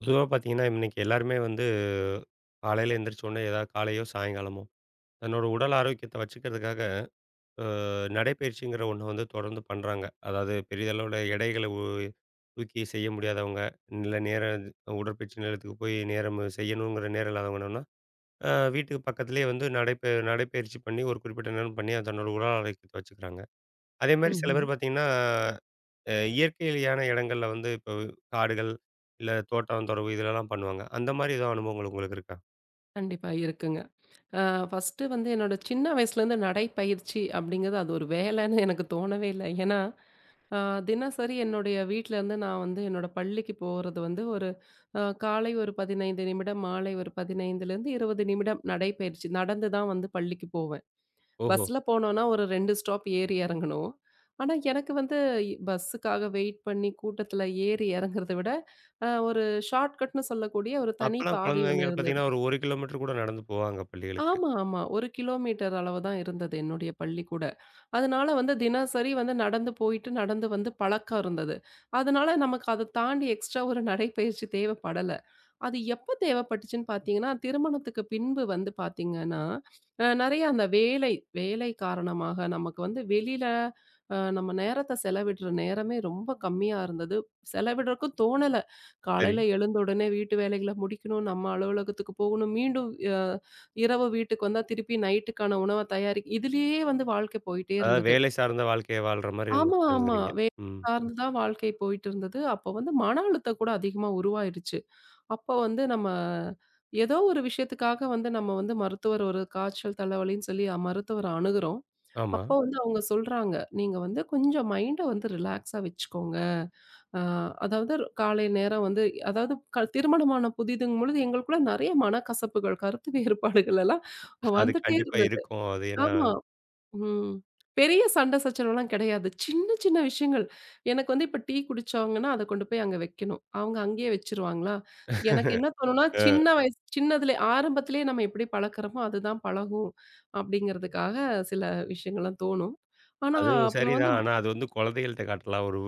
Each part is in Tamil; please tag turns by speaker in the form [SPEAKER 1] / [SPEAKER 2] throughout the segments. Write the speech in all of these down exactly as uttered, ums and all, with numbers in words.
[SPEAKER 1] பொதுவா பார்த்தீங்கன்னா, இன்னைக்கு எல்லாருமே வந்து காலையில எந்திரிச்ச உடனே ஏதாவது காலையோ, சாயங்காலமோ தன்னோட உடல் ஆரோக்கியத்த வச்சுக்கிறதுக்காக, அ நடைப்பயிற்சிங்கிற ஒண்ண வந்து தொடர்ந்து பண்றாங்க. அதாவது பெரிதளவுல எடைகள உ தூக்கி செய்ய முடியாதவங்க, இல்ல நேர உடற்பயிற்சி நிலையத்துக்கு போய் நேரம் செய்யணுங்கிற நேரம் இல்லாதவங்க என்னன்னா, அ வீட்டுக்கு பக்கத்திலேயே வந்து நடைப்ப நடைப்பயிற்சி பண்ணி ஒரு குறிப்பிட்ட நேரம் பண்ணி, அது தன்னோட உடல் ஆரோக்கியத்த வச்சுக்கிறாங்க. அதேமாரி சில
[SPEAKER 2] ம்ஹ்ம்.
[SPEAKER 1] பேர் பார்த்தீங்கன்னா அ இயற்கையான இடங்கள்ல வந்து இப்போ காடுகள், இல்ல தோட்டம், தொரவு இதுலலாம் பண்ணுவாங்க. அந்த மாரி ஏதோ அனுபவங்கள் உங்களுக்கு இருக்கா?
[SPEAKER 2] கண்டிப்பா இருக்குங்க. அ ஃபர்ஸ்ட்டு வந்து என்னோட சின்ன வயசுலேருந்து நடைப்பயிற்சி அப்படிங்கிறது அது ஒரு வேலைன்னு எனக்கு தோணவே இல்ல. ஏன்னா, அ தினசரி என்னுடைய வீட்லருந்து நான் வந்து என்னோட பள்ளிக்கு போறது வந்து ஒரு அ காலை ஒரு பதினைந்து நிமிடம், மாலை ஒரு 15லேருந்து இருபது நிமிடம் நடைப்பயிற்சி. நடந்து தான் வந்து பள்ளிக்கு போவேன்.
[SPEAKER 1] ஓஹோ!
[SPEAKER 2] பஸ்ல போனோம்னா ஒரு ரெண்டு ஸ்டாப் ஏறி இறங்கணும். ஆனா, எனக்கு வந்து பஸ்ஸுக்காக வெயிட் பண்ணி கூட்டத்தில ஏறி இறங்குறத விட, அ ஒரு ஷார்ட்கட்ன்னு சொல்லக்கூடிய ஒரு தனி
[SPEAKER 1] அப்பலாம்
[SPEAKER 2] பாதை ஒண்ணு
[SPEAKER 1] குழந்தைகள்
[SPEAKER 2] இருந்தது.
[SPEAKER 1] பார்த்தீங்கன்னா, ஒரு 1 கிலோமீட்டர் கூட நடந்து போவாங்க பள்ளிகளுக்கு.
[SPEAKER 2] ஆமா, ஆமா. ஒரு கிலோமீட்டர் அளவு தான் இருந்தது என்னுடைய பள்ளி கூட. அதனால வந்து தினசரி வந்து நடந்து போயிட்டு, நடந்து வந்து பழக்கம் இருந்தது. அதனால நமக்கு அத தாண்டி எக்ஸ்ட்ரா ஒரு நடைப்பயிற்சி தேவைப்படல. அது எப்ப தேவைப்பட்டுச்சுன்னு பார்த்தீங்கன்னா, திருமணத்துக்கு பின்பு வந்து பார்த்தீங்கன்னா, அ நெறைய அந்த வேலை வேலை காரணமாக நமக்கு வந்து வெளியில அ நம்ம நேரத்த செலவிடுற நேரமே ரொம்ப கம்மியா இருந்தது. செலவிடுறதுக்கும் தோணல.
[SPEAKER 1] சரி.
[SPEAKER 2] காலையில எழுந்த உடனே வீட்டு வேலைகள முடிக்கணும், நம்ம அலுவலகத்துக்கு போகணும், மீண்டும் அ இரவு வீட்டுக்கு வந்தா திருப்பி நைட்டுக்கான உணவ தயாரிக் இதுலயே வந்து வாழ்க்கை போயிட்டே
[SPEAKER 1] அதாவது
[SPEAKER 2] இருந்தது.
[SPEAKER 1] வேலை சார்ந்த வாழ்க்கைய வாழ்ற மாரி
[SPEAKER 2] ஆமா, ஆமா.
[SPEAKER 1] இருந்துக்குதுங்கிறீங்க.
[SPEAKER 2] வேலை
[SPEAKER 1] ம்.
[SPEAKER 2] சார்ந்து தான் வாழ்க்கை போயிட்டு இருந்தது. அப்போ வந்து மன அழுத்தம் கூட அதிகமா உருவாயிருச்சு. அப்போ வந்து நம்ம ஏதோ ஒரு விஷயத்துக்காக வந்து நம்ம வந்து மருத்துவர் ஒரு காய்ச்சல், தலைவலின்னு சொல்லி மருத்துவர அணுகுறோம்.
[SPEAKER 1] ஆமா.
[SPEAKER 2] அப்போ வந்து அவங்க சொல்றாங்க, "நீங்க வந்து கொஞ்சம் மைண்ட வந்து ரிலாக்ஸா வச்சுக்கோங்க." ஆ அதாவது காலை நேரம் வந்து அதாவது க திருமணமான புதிதுங்கும் பொழுது எங்களுக்குள்ள நெறைய மனக்கசப்புகள், கருத்து வேறுபாடுகள் எல்லாம்
[SPEAKER 1] அது
[SPEAKER 2] வந்துட்டே
[SPEAKER 1] கண்டிப்பா
[SPEAKER 2] இருந்தது.
[SPEAKER 1] இருக்கும். அது ஏன்னா,
[SPEAKER 2] ஆமா. ம். பெரிய சண்டை சச்சரவுலாம் கிடையாது. சின்ன சின்ன விஷயங்கள். எனக்கு வந்து இப்ப டீ குடிச்சாங்கன்னா, அத கொண்டு போய் அங்க வைக்கணும். அவங்க அங்கேயே வச்சுருவாங்களா? எனக்கு என்ன தோணும்னா,
[SPEAKER 1] அ.
[SPEAKER 2] சின்ன வயசு சின்னதுலே ஆரம்பத்திலேயே நம்ம எப்படி பழக்கிறோமோ, அதுதான் பழகும் அப்படிங்கிறதுக்காக சில விஷயங்கள்லாம் தோணும். ஆனா
[SPEAKER 1] அது
[SPEAKER 2] அப்ப வந்து
[SPEAKER 1] சரிதான். ஆனா அது வந்து குழந்தைகள்ட்ட காட்டலாம். ஒரு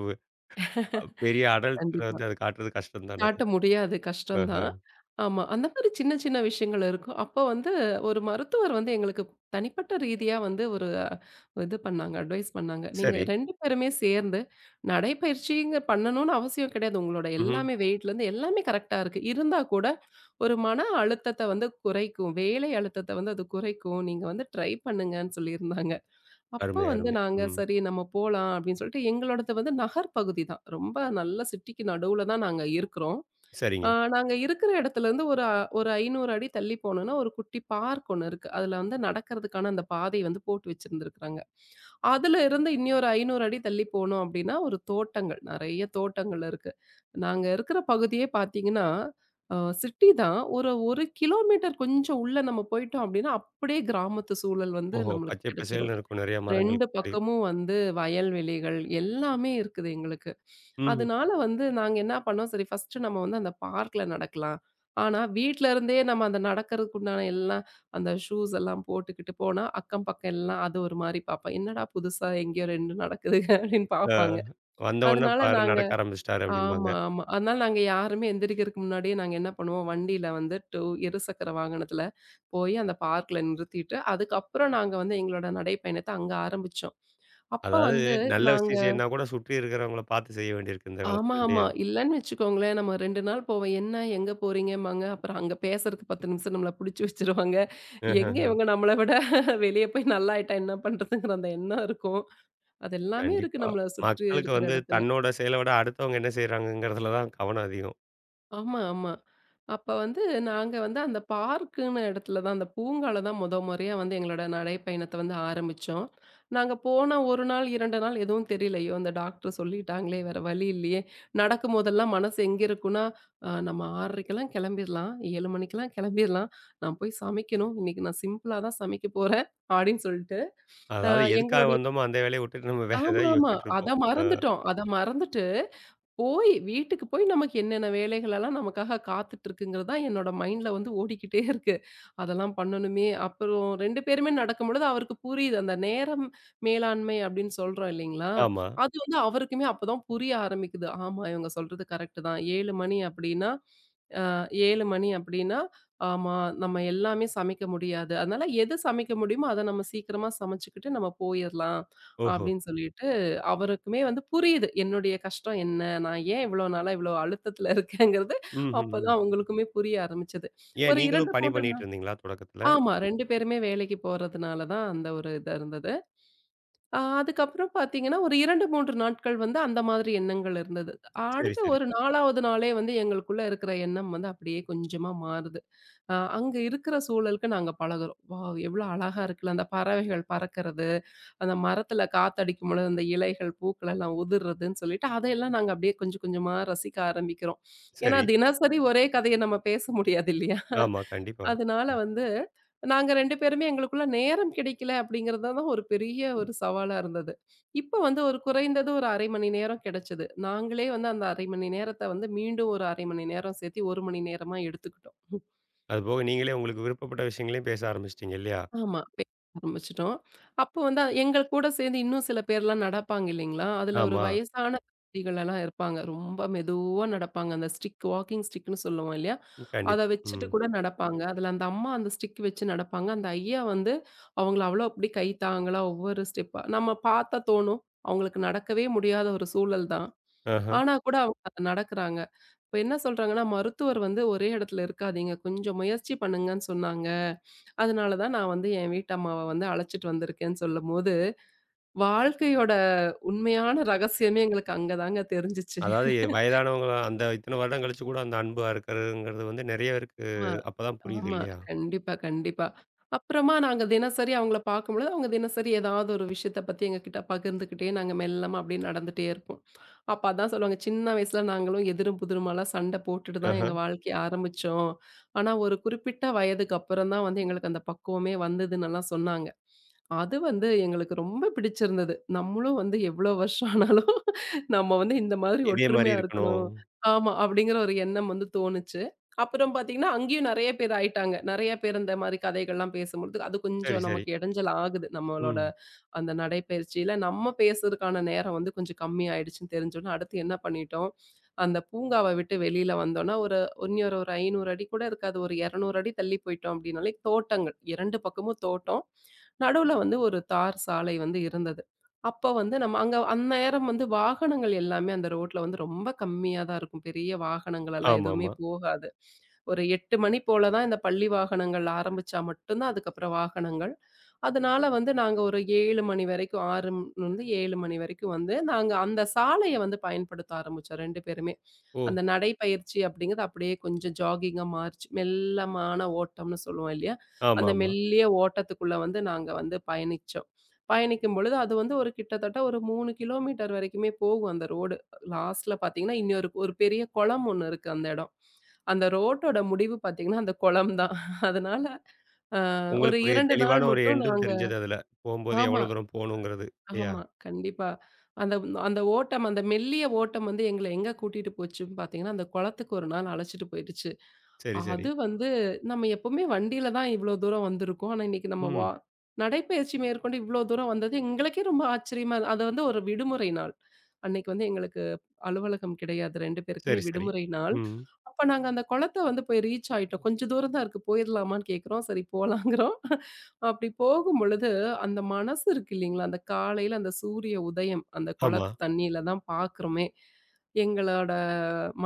[SPEAKER 1] அ பெரிய அடல்ட்ல
[SPEAKER 2] கண்டிப்பா.
[SPEAKER 1] வந்து அது காட்டுறது கஷ்டம் தானே!
[SPEAKER 2] காட்ட முடியாது. கஷ்டம் தான்.
[SPEAKER 1] ஆஹ.
[SPEAKER 2] ஆமா. அந்த மாரி சின்ன சின்ன விஷயங்கள் இருக்கும். அப்போ வந்து ஒரு மருத்துவர் வந்து எங்களுக்கு தனிப்பட்ட ரீதியா வந்து ஒரு அஹ், இது பண்ணாங்க. அட்வைஸ் பண்ணாங்க. "நீங்க
[SPEAKER 1] சரி.
[SPEAKER 2] ரெண்டு பேருமே சேர்ந்து நடைப்பயிற்சிங்க பண்ணணும்னு அவசியம் கிடையாது. உங்களோட
[SPEAKER 1] ம்ஹ்ம்.
[SPEAKER 2] எல்லாமே வெயிட்லேருந்து எல்லாமே கரெக்ட்டா இருக்கு. இருந்தா கூட ஒரு மன அழுத்தத்த வந்து குறைக்கும். வேலை அழுத்தத்த வந்து அது குறைக்கும். நீங்க வந்து ட்ரை பண்ணுங்கன்னு" சொல்லியிருந்தாங்க. அப்ப
[SPEAKER 1] அருமை,
[SPEAKER 2] வந்து
[SPEAKER 1] அருமை.
[SPEAKER 2] நாங்க,
[SPEAKER 1] ம்.
[SPEAKER 2] "சரி நம்ம போலாம்" அப்படின்னு சொல்லிட்டு எங்களோடது வந்து நகர் பகுதி தான். ரொம்ப நல்ல சிட்டிக்கு நடுவுல தான் நாங்க இருக்கிறோம். ஆ
[SPEAKER 1] சரிங்க.
[SPEAKER 2] நாங்க இருக்கிற இடத்துலருந்து ஒரு அ ஒரு ஐநூறு அடி தள்ளி போனோம்னா, ஒரு குட்டி பார்க் ஒண்ணு இருக்கு. அதுல வந்து நடக்கிறதுக்கான அந்த பாதை வந்து போட்டு வச்சிருந்திருக்காங்க. அதுல இருந்து இன்னொரு ஐநூறு அடி தள்ளி போனோம் அப்படின்னா, ஒரு தோட்டங்கள், நெறைய தோட்டங்கள் இருக்கு. நாங்க இருக்கிற பகுதியே பார்த்தீங்கன்னா, அ சிட்டி தான். ஒரு 1 கிலோமீட்டர் கொஞ்சம் உள்ள நம்ம போயிட்டோம் அப்படின்னா, அப்படியே கிராமத்து சூழல் வந்து
[SPEAKER 1] ஓஹோ!
[SPEAKER 2] நம்மளுக்கு
[SPEAKER 1] பச்சை பசேல்னு
[SPEAKER 2] கிடைச்சிரும்.
[SPEAKER 1] இருக்கும். நெறைய மரங்கள்.
[SPEAKER 2] ரெண்டு பக்கமும் வந்து வயல்வெளிகள் எல்லாமே இருக்குது எங்களுக்கு.
[SPEAKER 1] ம்ஹ்ம்.
[SPEAKER 2] அதனால வந்து நாங்க என்ன பண்ணோம், சரி ஃபர்ஸ்ட்டு நம்ம வந்து அந்த பார்க்ல நடக்கலாம். ஆனா வீட்ல இருந்தே நம்ம அந்த நடக்கிறதுக்கு உண்டான எல்லாம் அந்த ஷூஸ் எல்லாம் போட்டுக்கிட்டு போனா, அக்கம் பக்கம் எல்லாம் அது ஒரு மாரி பார்ப்பான். என்னடா புதுசா எங்கேயோ ரெண்டு நடக்குதுங்க அப்படின்னு
[SPEAKER 1] ஆ.
[SPEAKER 2] பார்ப்பாங்க.
[SPEAKER 1] வந்த உடனே
[SPEAKER 2] அதனால
[SPEAKER 1] பாரு
[SPEAKER 2] நாங்க
[SPEAKER 1] நடக்க ஆரம்பிச்சுட்டாரு அப்படிம்பாங்க.
[SPEAKER 2] ஆமா, ஆமா. அதனால நாங்க யாருமே எந்திரிக்கிறதுக்கு முன்னாடியே நாங்க என்ன பண்ணுவோம், வண்டியில வந்து ரெண்டு இருசக்கர வாகனத்துல போய் அந்த பார்க்ல நிறுத்திட்டு, அதுக்கப்புறம் நாங்க வந்து எங்களோட நடைப்பயணத்த அங்க ஆரம்பிச்சோம். அப்ப
[SPEAKER 1] அதாவது
[SPEAKER 2] வந்து
[SPEAKER 1] நல்ல
[SPEAKER 2] நாங்க
[SPEAKER 1] விஷயம் செய்யணும்னா கூட சுற்றி இருக்கிறவங்கள பார்த்து செய்ய வேண்டியிருக்கு இந்த
[SPEAKER 2] ஆமா,
[SPEAKER 1] காலத்துல
[SPEAKER 2] ஆமா.
[SPEAKER 1] இல்லையா?
[SPEAKER 2] இல்லன்னு வச்சுக்கோங்களேன், நம்ம ரெண்டு நாள் போவோம். "என்ன எங்க போறீங்கம்பாங்க?" அப்புறம் அங்க பேசுறதுக்கு பத்து நிமிஷம் நம்மள புடிச்சு வச்சுருவாங்க. எங்க
[SPEAKER 1] ம்ஹ்ஹ்ம்.
[SPEAKER 2] இவங்க நம்மள விட வெளிய போய் நல்லாயிட்டா என்ன பண்றதுங்கிற அந்த எண்ணம் இருக்கும். அது எல்லாமே இருக்கு
[SPEAKER 1] கண்டிப்பா.
[SPEAKER 2] நம்மள சுற்றி
[SPEAKER 1] மக்களுக்கு
[SPEAKER 2] இருக்கிற
[SPEAKER 1] வந்து
[SPEAKER 2] இடத்துல.
[SPEAKER 1] தன்னோட செயல விட அடுத்தவங்க என்ன செய்றாங்கங்கிறதுல தான் கவனம் அதிகம்.
[SPEAKER 2] ஆமா, ஆமா. அப்ப வந்து நாங்க வந்து அந்த பார்க்குன்னு இடத்துல தான், அந்த பூங்கால தான் முத முறையா வந்து எங்களோட நடைப்பயணத்த வந்து ஆரம்பிச்சோம். நாங்க போன ஒரு நாள், ரெண்டு நாள் எதுவும் தெரியலையோ, அந்த டாக்டர் சொல்லிட்டாங்களே வேற வழி இல்லையே. நடக்கும்போதெல்லாம் மனசு எங்க இருக்குன்னா, அ நம்ம 6:30க்கெல்லாம் கிளம்பிர்லாம், ஏழு மணிக்கெல்லாம் கிளம்பிர்லாம். நான் போய் சமைக்கணும். இன்னைக்கு நான் சிம்பிளா தான் சமைக்க போறேன் அப்படின்னு சொல்லிட்டு, அ
[SPEAKER 1] அதாவது எதுக்காக
[SPEAKER 2] எங்களுடைய
[SPEAKER 1] வந்தோமோ அந்த வேலைய விட்டுட்டு நம்ம வேற
[SPEAKER 2] ஆமா,
[SPEAKER 1] ஏதாவது
[SPEAKER 2] ஆமா.
[SPEAKER 1] யோசிச்சுட்டு
[SPEAKER 2] அத
[SPEAKER 1] இருப்போம். அ.
[SPEAKER 2] மறந்துட்டோம். அத மறந்துட்டு போய் வீட்டுக்கு போய் நமக்கு என்னென்ன வேலைகளெல்லாம் நமக்காக காத்துட்ருக்குங்கிறது தான் என்னோட மைண்ட்ல வந்து ஓடிக்கிட்டே இருக்கு. அதெல்லாம் பண்ணணுமே! அப்புறம் ரெண்டு பேருமே நடக்கும்பொழுது அவருக்கு புரியுது. அந்த நேரம் மேலாண்மை அப்படின்னு சொல்றோம் இல்லைங்களா?
[SPEAKER 1] ஆமா.
[SPEAKER 2] அது வந்து அவருக்குமே அப்பதான் புரிய ஆரம்பிக்குது. ஆமா இவங்க சொல்றது கரெக்ட்டு தான். ஏழு மணி அப்படின்னா, அ ஏழு மணி அப்படின்னா, ஆமா நம்ம எல்லாமே சமைக்க முடியாது. அதனால எது சமைக்க முடியுமோ, அத நம்ம சீக்கிரமா சமைச்சுக்கிட்டு நம்ம போயிரலாம்
[SPEAKER 1] ஓஹோ!
[SPEAKER 2] அப்படின்னு சொல்லிட்டு. அவருக்குமே வந்து புரியுது. என்னுடைய கஷ்டம் என்ன? நான் ஏன் இவ்வளோ நாளா இவ்வளோ அழுத்தத்தில இருக்கேங்கிறது
[SPEAKER 1] ம்ஹ்ஹ்ம்.
[SPEAKER 2] அப்பதான் அவங்களுக்குமே புரிய ஆரம்பிச்சது.
[SPEAKER 1] ஏன்
[SPEAKER 2] ஒரு
[SPEAKER 1] நீங்களும்
[SPEAKER 2] ரெண்டு,
[SPEAKER 1] பணி
[SPEAKER 2] மூணு
[SPEAKER 1] பண்ணிட்டு
[SPEAKER 2] நாள்
[SPEAKER 1] இருந்தீங்களா தொடக்கத்துல?
[SPEAKER 2] ஆமா ரெண்டு பேருமே வேலைக்கு போறதுனால தான் அந்த ஒரு இது இருந்தது. அ அதுக்கப்புறம் பார்த்தீங்கன்னா, ஒரு ரெண்டு, மூணு நாட்கள் வந்து அந்த மாதிரி எண்ணங்கள் இருந்தது.
[SPEAKER 1] சரி,
[SPEAKER 2] அடுத்த
[SPEAKER 1] சரி,
[SPEAKER 2] ஒரு 4வது நாளே வந்து எங்களுக்குள்ள இருக்கிற எண்ணம் வந்து அப்படியே கொஞ்சமா மாறுது. அ அங்க இருக்கிற சூழலுக்கு நாங்க பழகுறோம். வாவ்! எவ்வளோ அழகா இருக்குல்ல அந்த பறவைகள் பறக்கிறது. அந்த மரத்துல காத்தடிக்கும் பொழுது அந்த இலைகள், பூக்கள் எல்லாம் உதிர்றதுன்னு சொல்லிட்டு, அதையெல்லாம் நாங்க அப்படியே கொஞ்சம் கொஞ்சமா ரசிக்க ஆரம்பிக்கிறோம். ஏன்னா
[SPEAKER 1] சரி.
[SPEAKER 2] தினசரி ஒரே கதைய நம்ம பேச முடியாது இல்லையா?
[SPEAKER 1] ஆமா, கண்டிப்பா.
[SPEAKER 2] அதனால
[SPEAKER 1] ம்.
[SPEAKER 2] வந்து நாங்க ரெண்டு பேருமே எங்களுக்குள்ள நேரம் கிடைக்கல அப்படிங்கிறது தான் ஒரு பெரிய ஒரு சவாலா இருந்தது. இப்ப வந்து ஒரு குறைந்தது ஒரு அரை மணி நேரம் கிடைச்சது. நாங்களே வந்து அந்த அரை மணி நேரத்த வந்து மீண்டும் ஒரு அரை மணி நேரம் சேர்த்து ஒரு மணி நேரமா எடுத்துக்கிட்டோம்.
[SPEAKER 1] அதுபோக நீங்களே உங்களுக்கு விருப்பப்பட்ட விஷயங்களையும் பேச ஆரம்பிச்சுட்டீங்க இல்லையா?
[SPEAKER 2] ஆமா. பேச ஆரம்பிச்சுட்டோம். அப்போ வந்து எங்கள் கூட சேர்ந்து இன்னும் சில பேர்லாம் நடப்பாங்க இல்லைங்களா? அதுல ஒரு
[SPEAKER 1] ஆமா.
[SPEAKER 2] வயசான பாட்டிகளெல்லாம் இருப்பாங்க. ரொம்ப மெதுவா நடப்பாங்க. அந்த ஸ்டிக் வாக்கிங் ஸ்டிக்ன்னு சொல்லுவோம் இல்லையா? அத
[SPEAKER 1] கண்டிப்பா.
[SPEAKER 2] வச்சுட்டு
[SPEAKER 1] ம்.
[SPEAKER 2] கூட நடப்பாங்க. அதுல அந்த அம்மா அந்த ஸ்டிக் வச்சு நடப்பாங்க. அந்த ஐயா வந்து அவங்கள அவ்வளோ அப்படி கை தாங்கலா ஒவ்வொரு ஸ்டெப்பா நம்ம பார்த்தா தோணும். அவங்களுக்கு நடக்கவே முடியாத ஒரு சூழல் தான்.
[SPEAKER 1] ஆஹ.
[SPEAKER 2] ஆனா கூட அவங்க அத நடக்குறாங்க. இப்ப என்ன சொல்றாங்கன்னா, மருத்துவர் வந்து ஒரே இடத்துல இருக்காதீங்க. கொஞ்சம் முயற்சி பண்ணுங்கன்னு சொன்னாங்க. அதனால தான் நான் வந்து என் வீட்டம்மாவ வந்து அழைச்சிட்டு வந்திருக்கேன்னு சொல்லும்போது, வாழ்க்கையோட உண்மையான ரகசியமே எங்களுக்கு அங்க தாங்க தெரிஞ்சுச்சு.
[SPEAKER 1] அதாவது வயதானவங்கள அந்த இத்தன வருடம் கழிச்சு கூட அந்த அன்பா இருக்கிறதுங்கிறது வந்து நெறைய பேருக்கு
[SPEAKER 2] ஆமா,
[SPEAKER 1] அப்பதான் புரியுது
[SPEAKER 2] ஆமா.
[SPEAKER 1] இல்லையா?
[SPEAKER 2] கண்டிப்பா, கண்டிப்பா. அப்புறமா நாங்க தினசரி அவங்கள பார்க்கும்பொழுது, அவங்க தினசரி ஏதாவது ஒரு விஷயத்த பத்தி எங்ககிட்ட பகிர்ந்துக்கிட்டே நாங்க மெல்லமா அப்படியே நடந்துட்டே இருப்போம். அப்ப அதான் சொல்லுவாங்க, "சின்ன வயசுல நாங்களும் எதிரும் புதிருமாலாம் சண்டை போட்டுட்டு தான்
[SPEAKER 1] ஆஹா.
[SPEAKER 2] எங்க வாழ்க்கைய ஆரம்பிச்சோம். ஆனா ஒரு குறிப்பிட்ட வயதுக்கு அப்புறம் தான் வந்து எங்களுக்கு அந்த பக்குவமே வந்ததுன்னெல்லாம்" சொன்னாங்க. அது வந்து எங்களுக்கு ரொம்ப பிடிச்சிருந்தது. நம்மளும் வந்து எவ்வளோ வருஷம் ஆனாலும் நம்ம வந்து இந்த மாதிரி
[SPEAKER 1] இதே மாரி
[SPEAKER 2] ஒற்றுமையா
[SPEAKER 1] இருக்கணும்.
[SPEAKER 2] இருக்கணும். ஆமா, அப்படிங்கிற ஒரு எண்ணம் வந்து தோணுச்சு. அப்புறம் பார்த்தீங்கன்னா, அங்கேயும் நெறைய பேர் ஆயிட்டாங்க. நெறைய பேர் இந்த மாரி கதைகள்லாம் பேசும்பொழுது, அது
[SPEAKER 1] சரி,
[SPEAKER 2] கொஞ்சம்
[SPEAKER 1] சரி.
[SPEAKER 2] நமக்கு இடைஞ்சல் ஆகுது. நம்மளோட
[SPEAKER 1] ம்.
[SPEAKER 2] அந்த நடைப்பயிற்சியில நம்ம பேசுறதுக்கான நேரம் வந்து கொஞ்சம் கம்மி ஆயிடுச்சுன்னு தெரிஞ்சோனே, அடுத்து என்ன பண்ணிட்டோம், அந்த பூங்காவ விட்டு வெளியில வந்தோம்னா, ஒரு இன்னொரு ஒரு ஐநூறு அடி கூட இருக்காது. ஒரு இருநூறு அடி தள்ளி போயிட்டோம் அப்படின்னாலே தோட்டங்கள். ரெண்டு பக்கமும் தோட்டம். நடுவுல வந்து ஒரு தார் சாலை வந்து இருந்தது. அப்ப வந்து நம்ம அங்க அந்நேரம் வந்து வாகனங்கள் எல்லாமே அந்த ரோட்ல வந்து ரொம்ப கம்மியா தான் இருக்கும். பெரிய வாகனங்கள் எல்லாம் எதுவுமே
[SPEAKER 1] ஆமாமா.
[SPEAKER 2] போகாது. ஒரு எட்டு மணி போல தான் இந்த பள்ளி வாகனங்கள் ஆரம்பிச்சா மட்டும் தான் அதுக்கப்புறம் வாகனங்கள். அதனால வந்து நாங்க ஒரு ஏழு மணி வரைக்கும் ஆறு லிருந்து ஏழு மணி வரைக்கும் வந்து நாங்க அந்த சாலைய வந்து பயன்படுத்த ஆரம்பிச்சோம் ரெண்டு பேருமே.
[SPEAKER 1] ஓ!
[SPEAKER 2] அந்த நடைப்பயிற்சி அப்படிங்கிறது அப்படியே கொஞ்சம் ஜாகிங்கா மாறிச்சு. மெல்லமான ஓட்டம்னு சொல்லுவோம் இல்லையா? அந்த
[SPEAKER 1] ஆமாமா.
[SPEAKER 2] மெல்லிய ஓட்டத்துக்குள்ள வந்து நாங்க வந்து பயணிச்சோம். பயணிக்கும் பொழுது அது வந்து ஒரு கிட்டத்தட்ட ஒரு மூணு கிலோமீட்டர் வரைக்குமே போகும் அந்த ரோடு. லாஸ்ட்ல பார்த்தீங்கன்னா, இன்னொரு ஒரு பெரிய குளம் ஒண்ணு இருக்கு அந்த இடம். அந்த ரோட்டோட முடிவு பார்த்தீங்கன்னா, அந்த குளம் தான். அதனால அ ஒரு
[SPEAKER 1] உங்களுக்கு ஒரு
[SPEAKER 2] ரெண்டு நாள்
[SPEAKER 1] தெளிவான ஒரு
[SPEAKER 2] மட்டும்
[SPEAKER 1] எண்டும்
[SPEAKER 2] நாங்க
[SPEAKER 1] தெரிஞ்சது அதுல. போம்போது
[SPEAKER 2] ஆமா,
[SPEAKER 1] எவ்வளோ தூரம் போணுங்கிறது இல்லையா?
[SPEAKER 2] ஆமா. கண்டிப்பா. அந்த அந்த ஓட்டம், அந்த மெல்லிய ஓட்டம் வந்து எங்கள எங்க கூட்டிட்டு போச்சுன்னு பார்த்தீங்கன்னா, அந்த குளத்துக்கு ஒரு நாள் அழைச்சிட்டு போயிடுச்சு.
[SPEAKER 1] சரி, சரி.
[SPEAKER 2] அது வந்து நம்ம எப்பவுமே வண்டியில தான் இவ்வளோ தூரம் வந்திருக்கோம். ஆனா இன்னைக்கு நம்ம
[SPEAKER 1] ம்.
[SPEAKER 2] வா நடைப்பயிற்சி மேற்கொண்டு இவ்வளோ தூரம் வந்தது எங்களுக்கே ரொம்ப ஆச்சரியமா இரு- அது வந்து ஒரு விடுமுறை நாள். அன்னைக்கு வந்து எங்களுக்கு அலுவலகம் கிடையாது. ரெண்டு பேருக்குமே
[SPEAKER 1] சரி, சரி.
[SPEAKER 2] விடுமுறை நாள்.
[SPEAKER 1] ம்.
[SPEAKER 2] அப்ப நாங்க அந்த குளத்த வந்து போய் ரீச் ஆயிட்டோம். கொஞ்சம் தூரம் தான் இருக்கு போயிரலாமான்னு கேட்குறோம். சரி போலாங்கிறோம். அப்படி போகும்பொழுது, அந்த மனசு இருக்கு இல்லீங்களா? அந்த காலையில அந்த சூரிய உதயம், அந்த
[SPEAKER 1] ஆமா.
[SPEAKER 2] குளத்து தண்ணீல தான் பார்க்குறோமே. எங்களோட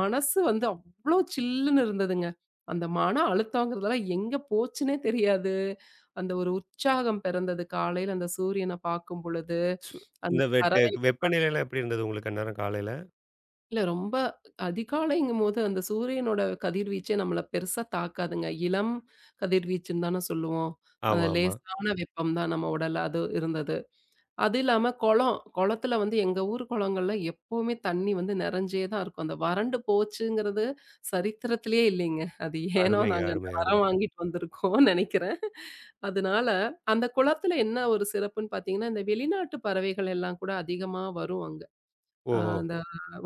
[SPEAKER 2] மனசு வந்து அவ்ளோ சில்லுன்னு இருந்ததுங்க. அந்த மன அழுத்தங்கிறதெல்லாம் எங்க போச்சுன்னே தெரியாது. அந்த ஒரு உற்சாகம் பிறந்தது காலையில அந்த சூரியன பார்க்கும் பொழுது.
[SPEAKER 1] சு
[SPEAKER 2] அந்த
[SPEAKER 1] இந்த
[SPEAKER 2] பறவை
[SPEAKER 1] வெட் வெப்பநிலைலாம் எப்படி இருந்தது உங்களுக்கு அந்நேரம் காலையில?
[SPEAKER 2] இல்ல ரொம்ப அதிகாலைங்கும்போது அந்த சூரியனோட கதிர்வீச்சே நம்மள பெருசா தாக்காதுங்க. இளம் கதிர்வீச்சுன்னு தானே சொல்லுவோம். அந்த
[SPEAKER 1] ஆமாமா.
[SPEAKER 2] லேசான வெப்பம் தான் நம்ம உடல்ல அது இருந்தது. அது இல்லாம குளம், குளத்துல வந்து எங்க ஊர் குளங்கள்ல எப்பவுமே தண்ணி வந்து நிறைஞ்சே தான் இருக்கும். அந்த வறண்டு போச்சுங்கிறது சரித்திரத்திலேயே இல்லைங்க. அது ஏனோ
[SPEAKER 1] அருமைங்க,
[SPEAKER 2] நாங்க அந்த
[SPEAKER 1] அருமை, அருமை.
[SPEAKER 2] வரம் வாங்கிட்டு வந்திருக்கோம்னு நினைக்கிறேன். அதனால அந்த குளத்துல என்ன ஒரு சிறப்புன்னு பார்த்தீங்கன்னா, இந்த வெளிநாட்டு பறவைகள் எல்லாம் கூட அதிகமா வரும் அங்க. அ
[SPEAKER 1] ஓஹோ!
[SPEAKER 2] அந்த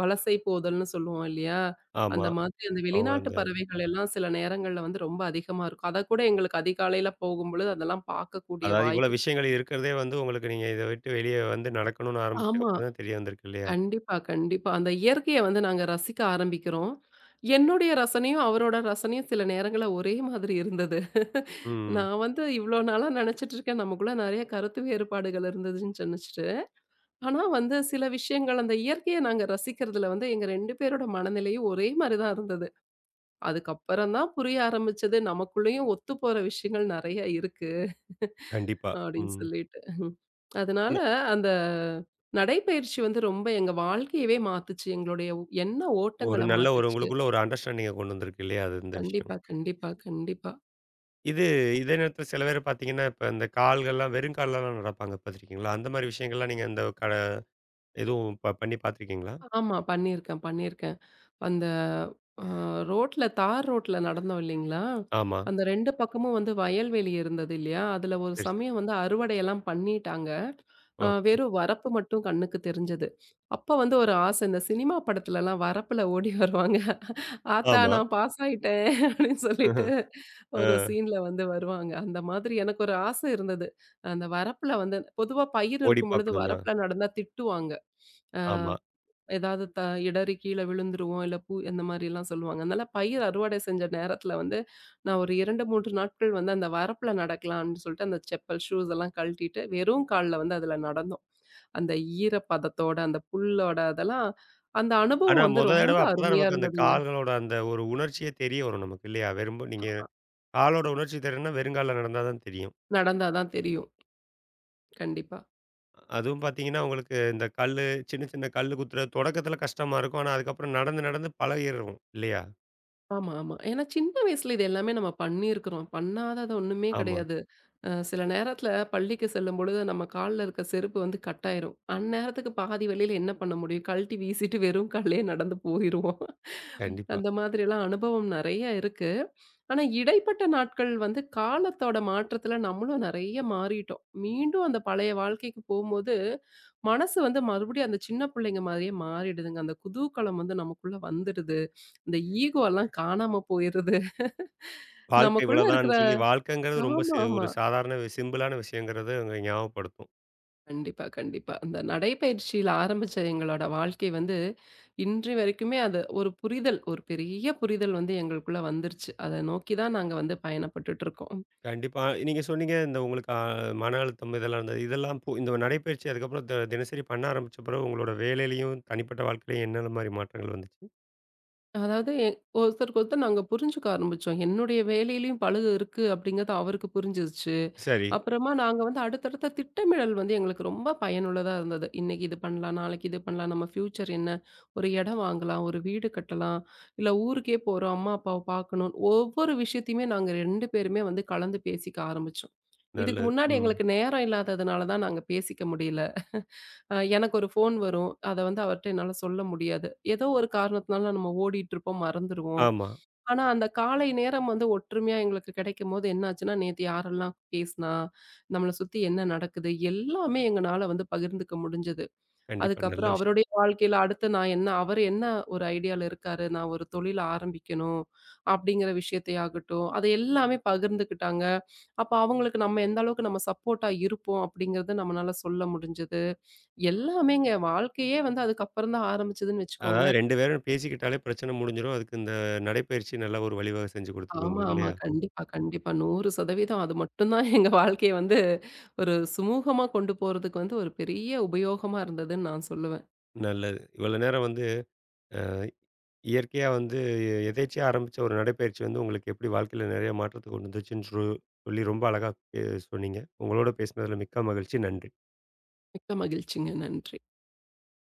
[SPEAKER 2] வலசை போதல்ன்னு சொல்லுவோம் இல்லையா?
[SPEAKER 1] ஆமா.
[SPEAKER 2] அந்த மாதிரி அந்த
[SPEAKER 1] அவங்க
[SPEAKER 2] வெளிநாட்டு
[SPEAKER 1] அந்த
[SPEAKER 2] பறவைகள் எல்லாம் சில நேரங்கள்ல வந்து ரொம்ப அதிகமா இருக்கும். அதக்கூட எங்களுக்கு அதிகாலையில போகும்பொழுது அதெல்லாம் பார்க்கக்கூடிய
[SPEAKER 1] அதாவது இவ்வளோ
[SPEAKER 2] வாய்ப்பு.
[SPEAKER 1] விஷயங்கள் இருக்கிறதே வந்து உங்களுக்கு நீங்க இத விட்டு வெளிய வந்து நடக்கணும்னு
[SPEAKER 2] ஆமா.
[SPEAKER 1] ஆரம்பிச்சதுக்கப்புறம் தான் தெரிய வந்திருக்கு இல்லையா?
[SPEAKER 2] கண்டிப்பா, கண்டிப்பா. அந்த இயற்கைய வந்து நாங்க ரசிக்க ஆரம்பிக்கிறோம். என்னுடைய ரசனையும், அவரோட ரசனையும் சில நேரங்கள்ல ஒரே மாதிரி இருந்தது.
[SPEAKER 1] ம்.
[SPEAKER 2] நான் வந்து இவ்ளோ நாளா நெனச்சிட்டு இருக்கேன், நமக்குள்ள நெறைய கருத்து வேறுபாடுகள் இருந்ததுன்னு நெனச்சுட்டு. ஆனா வந்து சில விஷயங்கள் அந்த இயற்கைய நாங்க ரசிக்கிறதுல வந்து எங்க ரெண்டு பேரோட மனநிலையும் ஒரே மாரி தான் இருந்தது. அதுக்கப்புறம் தான் புரிய ஆரம்பிச்சது, நமக்குள்ளேயும் ஒத்துப்போற விஷயங்கள் நெறைய இருக்கு.
[SPEAKER 1] கண்டிப்பா.
[SPEAKER 2] அப்படின்னு
[SPEAKER 1] ம்.
[SPEAKER 2] சொல்லிட்டு. ம். அதனால
[SPEAKER 1] ஆனா,
[SPEAKER 2] அந்த நடைப்பயிற்சி வந்து ரொம்ப எங்க வாழ்க்கையவே மாத்துச்சு. எங்களுடைய ஒ- எண்ண
[SPEAKER 1] ஒரு
[SPEAKER 2] ஓட்டங்கள
[SPEAKER 1] நல்ல ஒரு
[SPEAKER 2] மாத்துச்சு.
[SPEAKER 1] உங்களுக்குள்ள ஒரு அண்டர்ஸ்டாண்டிங்க கொண்டு வந்திருக்கு இல்லையா? அது இந்த விஷயம்.
[SPEAKER 2] கண்டிப்பா, கண்டிப்பா, கண்டிப்பா.
[SPEAKER 1] இது இதே நேரத்தில சில பேர் பார்த்தீங்கன்னா, இப்ப இந்த கால்கள்லாம் வெறும் கால்லலாம் நடப்பாங்க பார்த்துருக்கீங்களா? அந்த மாரி விஷயங்கள்லாம் நீங்க அந்த கட எதுவும் ப பண்ணி பார்த்துருக்கீங்களா?
[SPEAKER 2] ஆமா. பண்ணியிருக்கேன், பண்ணியிருக்கேன். அந்த அ ரோட்ல தார் ரோட்ல நடந்தோம் இல்லைங்களா?
[SPEAKER 1] ஆமா.
[SPEAKER 2] அந்த ரெண்டு பக்கமும் வந்து வயல்வெளி இருந்தது இல்லையா? அதுல ஒரு
[SPEAKER 1] சரி, சரி.
[SPEAKER 2] சமயம் வந்து அறுவடையெல்லாம் பண்ணிட்டாங்க. அ
[SPEAKER 1] ஓகே.
[SPEAKER 2] வெறும் வரப்பு மட்டும் கண்ணுக்கு தெரிஞ்சது. அப்ப வந்து ஒரு ஆசை. இந்த சினிமா படத்துலலாம் வரப்புல ஓடி வருவாங்க. "ஆத்தா
[SPEAKER 1] ஆமா.
[SPEAKER 2] நான் பாஸ் ஆயிட்டேன்" அப்படின்னு சொல்லிட்டு ஒரு
[SPEAKER 1] அ
[SPEAKER 2] சீன்ல வந்து வருவாங்க. அந்த மாதிரி எனக்கு ஒரு ஆசை இருந்தது. அந்த வரப்புல வந்து பொதுவா பயிர்
[SPEAKER 1] ஓடி
[SPEAKER 2] இருக்கும்பொழுது
[SPEAKER 1] பார்க்கணும்னா.
[SPEAKER 2] வரப்புல நடந்தா திட்டுவாங்க. அ
[SPEAKER 1] ஆமா.
[SPEAKER 2] ஏதாவது த இடறி கீழ விழுந்துருவோம். இல்ல பூ அந்த மாரிலாம் சொல்லுவாங்க. அதனால பயிர் அறுவடை செஞ்ச நேரத்துல வந்து, நான் ஒரு ரெண்டு, மூணு நாட்கள் வந்து அந்த வரப்புல நடக்கலாம்ன்னு சொல்லிட்டு, அந்த செப்பல், ஷூஸ் எல்லாம் கழட்டிட்டு, வெறும் கால்ல வந்து அதுல நடந்தோம். அந்த ஈரப்பதத்தோட, அந்த புல்லோட அதெல்லாம் அந்த
[SPEAKER 1] ஆனா,
[SPEAKER 2] அனுபவம் வந்து
[SPEAKER 1] மொத தடவ
[SPEAKER 2] ரொம்ப
[SPEAKER 1] அப்பதான்
[SPEAKER 2] அருமையா
[SPEAKER 1] நமக்கு அந்த
[SPEAKER 2] இருந்ததுங்க.
[SPEAKER 1] கால்களோட அந்த ஒரு உணர்ச்சியே தெரிய வரும் நமக்கு இல்லையா? வெறும் நீங்க ஆளோட உணர்ச்சி திறன்னா வெறுங்கால்ல நடந்தா தான் தெரியும்.
[SPEAKER 2] நடந்தா தான் தெரியும். கண்டிப்பா.
[SPEAKER 1] அதுவும் பார்த்தீங்கன்னா, உங்களுக்கு இந்த கல்லு சின்ன சின்ன கல்லு குத்துற தொடக்கத்தில கஷ்டமா இருக்கும். ஆனா, அதுக்கப்புறம் நடந்து நடந்து பழகிரும் இல்லையா?
[SPEAKER 2] ஆமா, ஆமா. ஏன்னா சின்ன வயசுல இது எல்லாமே நம்ம பண்ணியிருக்கிறோம். பண்ணாதது ஒண்ணுமே
[SPEAKER 1] ஆமா,
[SPEAKER 2] கிடையாது. அ சில நேரத்துல பள்ளிக்கு செல்லும்பொழுது நம்ம கால்ல இருக்க செருப்பு வந்து கட்டாயிரும். அந்நேரத்துக்கு பாதி வழியில என்ன பண்ண முடியும்? கழட்டி வீசிட்டு வெறும் கால்லயே நடந்து போயிருவோம்.
[SPEAKER 1] கண்டிப்பா.
[SPEAKER 2] அந்த மாதிரிலாம் அனுபவம் நெறைய இருக்கு. ஆனா இடைப்பட்ட நாட்கள் வந்து காலத்தோட மாற்றத்துல நம்மளும் நெறைய மாறிட்டோம். மீண்டும் அந்த பழைய வாழ்க்கைக்கு போம்போது, மனசு வந்து மறுபடியும் அந்த சின்ன பிள்ளைங்க மாதிரியே மாறிடுதுங்க. அந்த குதூகலம் வந்து நமக்குள்ள வந்துடுது. இந்த ஈகோலாம் காணாம போயிருது.
[SPEAKER 1] வாழ்க்கை
[SPEAKER 2] நமக்குள்ள இருக்கிற
[SPEAKER 1] இவ்வளோதான்னு சொல்லி வாழ்க்கைங்கிறது ரொம்ப
[SPEAKER 2] ஆமா,
[SPEAKER 1] சி ஒரு
[SPEAKER 2] ஆமா.
[SPEAKER 1] சாதாரண வி- சிம்பிளான விஷயங்கிறது அங்க ஞாபகப்படுத்தும்.
[SPEAKER 2] கண்டிப்பா, கண்டிப்பா. அந்த நடைப்பயிற்சியில ஆரம்பிச்ச எங்களோட வாழ்க்கை வந்து, இன்று வரைக்குமே அது ஒரு புரிதல், ஒரு பெரிய புரிதல் வந்து எங்களுக்குள்ள வந்துருச்சு. அத நோக்கி தான் நாங்க வந்து பயணப்பட்டுட்டு இருக்கோம்.
[SPEAKER 1] கண்டிப்பா. நீங்க சொன்னீங்க இந்த உங்களுக்கு அ மன அழுத்தம் இதெல்லாம் இருந்தது. இதெல்லாம் போ இந்த நடைப்பயிற்சி அதுக்கப்புறம் த தினசரி பண்ண ஆரம்பிச்ச பிறகு உங்களோட வேலையிலயும், தனிப்பட்ட வாழ்க்கையிலயும் என்னென்ன மாரி மாற்றங்கள் வந்துச்சு?
[SPEAKER 2] அதாவது எ ஒருத்தருக்கு ஒருத்தர் நாங்க புரிஞ்சுக்க ஆரம்பிச்சோம். என்னுடைய வேலையிலயும் பளு இருக்கு அப்படிங்கிறது அவருக்கு புரிஞ்சிருச்சு.
[SPEAKER 1] சரி,
[SPEAKER 2] அப்புறமா நாங்க வந்து அடுத்தடுத்த திட்டமிடல் வந்து எங்களுக்கு ரொம்ப பயனுள்ளதா இருந்தது. இன்னைக்கு இது பண்ணலாம், நாளைக்கு இது பண்ணலாம், நம்ம ஃபியூச்சர் என்ன? ஒரு இடம் வாங்கலாம், ஒரு வீடு கட்டலாம், இல்ல ஊருக்கே போறோம், அம்மா அப்பாவ பார்க்கணும். ஒவ்வொரு விஷயத்தையுமே நாங்க ரெண்டு பேருமே வந்து கலந்து பேசிக்க ஆரம்பிச்சோம். இதுக்கு
[SPEAKER 1] நல்லது.
[SPEAKER 2] முன்னாடி
[SPEAKER 1] ம்.
[SPEAKER 2] எங்களுக்கு நேரம் இல்லாததுனால தான் நாங்க பேசிக்க முடியல. அ எனக்கு ஒரு ஃபோன் வரும். அத வந்து அவர்ட்ட என்னால சொல்ல முடியாது. ஏதோ ஒரு காரணத்தினால நம்ம ஓடிட்டு இருப்போம், மறந்துருவோம்.
[SPEAKER 1] ஆமா.
[SPEAKER 2] ஆனா, அந்த காலை நேரம் வந்து ஒற்றுமையா எங்களுக்கு கிடைக்கும்போது என்ன ஆச்சுன்னா, நேத்து யாரெல்லாம் பேசினா? நம்மள சுத்தி என்ன நடக்குது? எல்லாமே எங்கனால வந்து பகிர்ந்துக்க முடிஞ்சது.
[SPEAKER 1] கண்டிப்பா. நல்ல
[SPEAKER 2] அதுக்கப்புறம்
[SPEAKER 1] விஷயம்.
[SPEAKER 2] அவருடைய வாழ்க்கையில அடுத்து நான் என்ன அவர் என்ன ஒரு ஐடியால இருக்காரு? நான் ஒரு தொழில் ஆரம்பிக்கணும் அப்படிங்கிற விஷயத்தையாகட்டும், அது எல்லாமே பகிர்ந்துக்கிட்டாங்க. அப்ப அவங்களுக்கு நம்ம எந்த அளவுக்கு நம்ம சப்போர்ட்டா இருப்போம் அப்படிங்கிறத நம்மனால சொல்ல முடிஞ்சது. எல்லாமேங்க வாழ்க்கையே வந்து அதுக்கப்புறம் தான் ஆரம்பிச்சதுன்னு
[SPEAKER 1] அதாவது
[SPEAKER 2] வச்சுக்கோங்களேன்.
[SPEAKER 1] இரண்டு பேரும் பேசிக்கிட்டாலே பிரச்சனை முடிஞ்சிரும். அதுக்கு இந்த நடைப்பயிற்சி நல்ல ஒரு வழிவகை செஞ்சு குடுத்துருக்கு
[SPEAKER 2] ஆமா,
[SPEAKER 1] உங்களுக்கு
[SPEAKER 2] ஆமா.
[SPEAKER 1] இல்லையா?
[SPEAKER 2] கண்டிப்பா, கண்டிப்பா. நூறு சதவீதம் அது மட்டும் தான் எங்க வாழ்க்கைய வந்து ஒரு சுமூகமா கொண்டு போறதுக்கு வந்து ஒரு பெரிய உபயோகமா இருந்ததுன்னு நான் சொல்லுவேன்.
[SPEAKER 1] நல்லது. இவ்வளோ நேரம் வந்து இயற்கையா வந்து எதேர்ச்சியா ஆரம்பிச்ச ஒரு நடைப்பயிற்சி வந்து உங்களுக்கு எப்படி வாழ்க்கையில நெறைய மாற்றத்த கொண்டு வந்துச்சுன்னு சொ சொல்லி ரொம்ப அழகா பே சொன்னீங்க. உங்களோட பேசினதில மிக்க மகிழ்ச்சி. நன்றி.
[SPEAKER 2] மிக்க மகிழ்ச்சிங்க. நன்றி.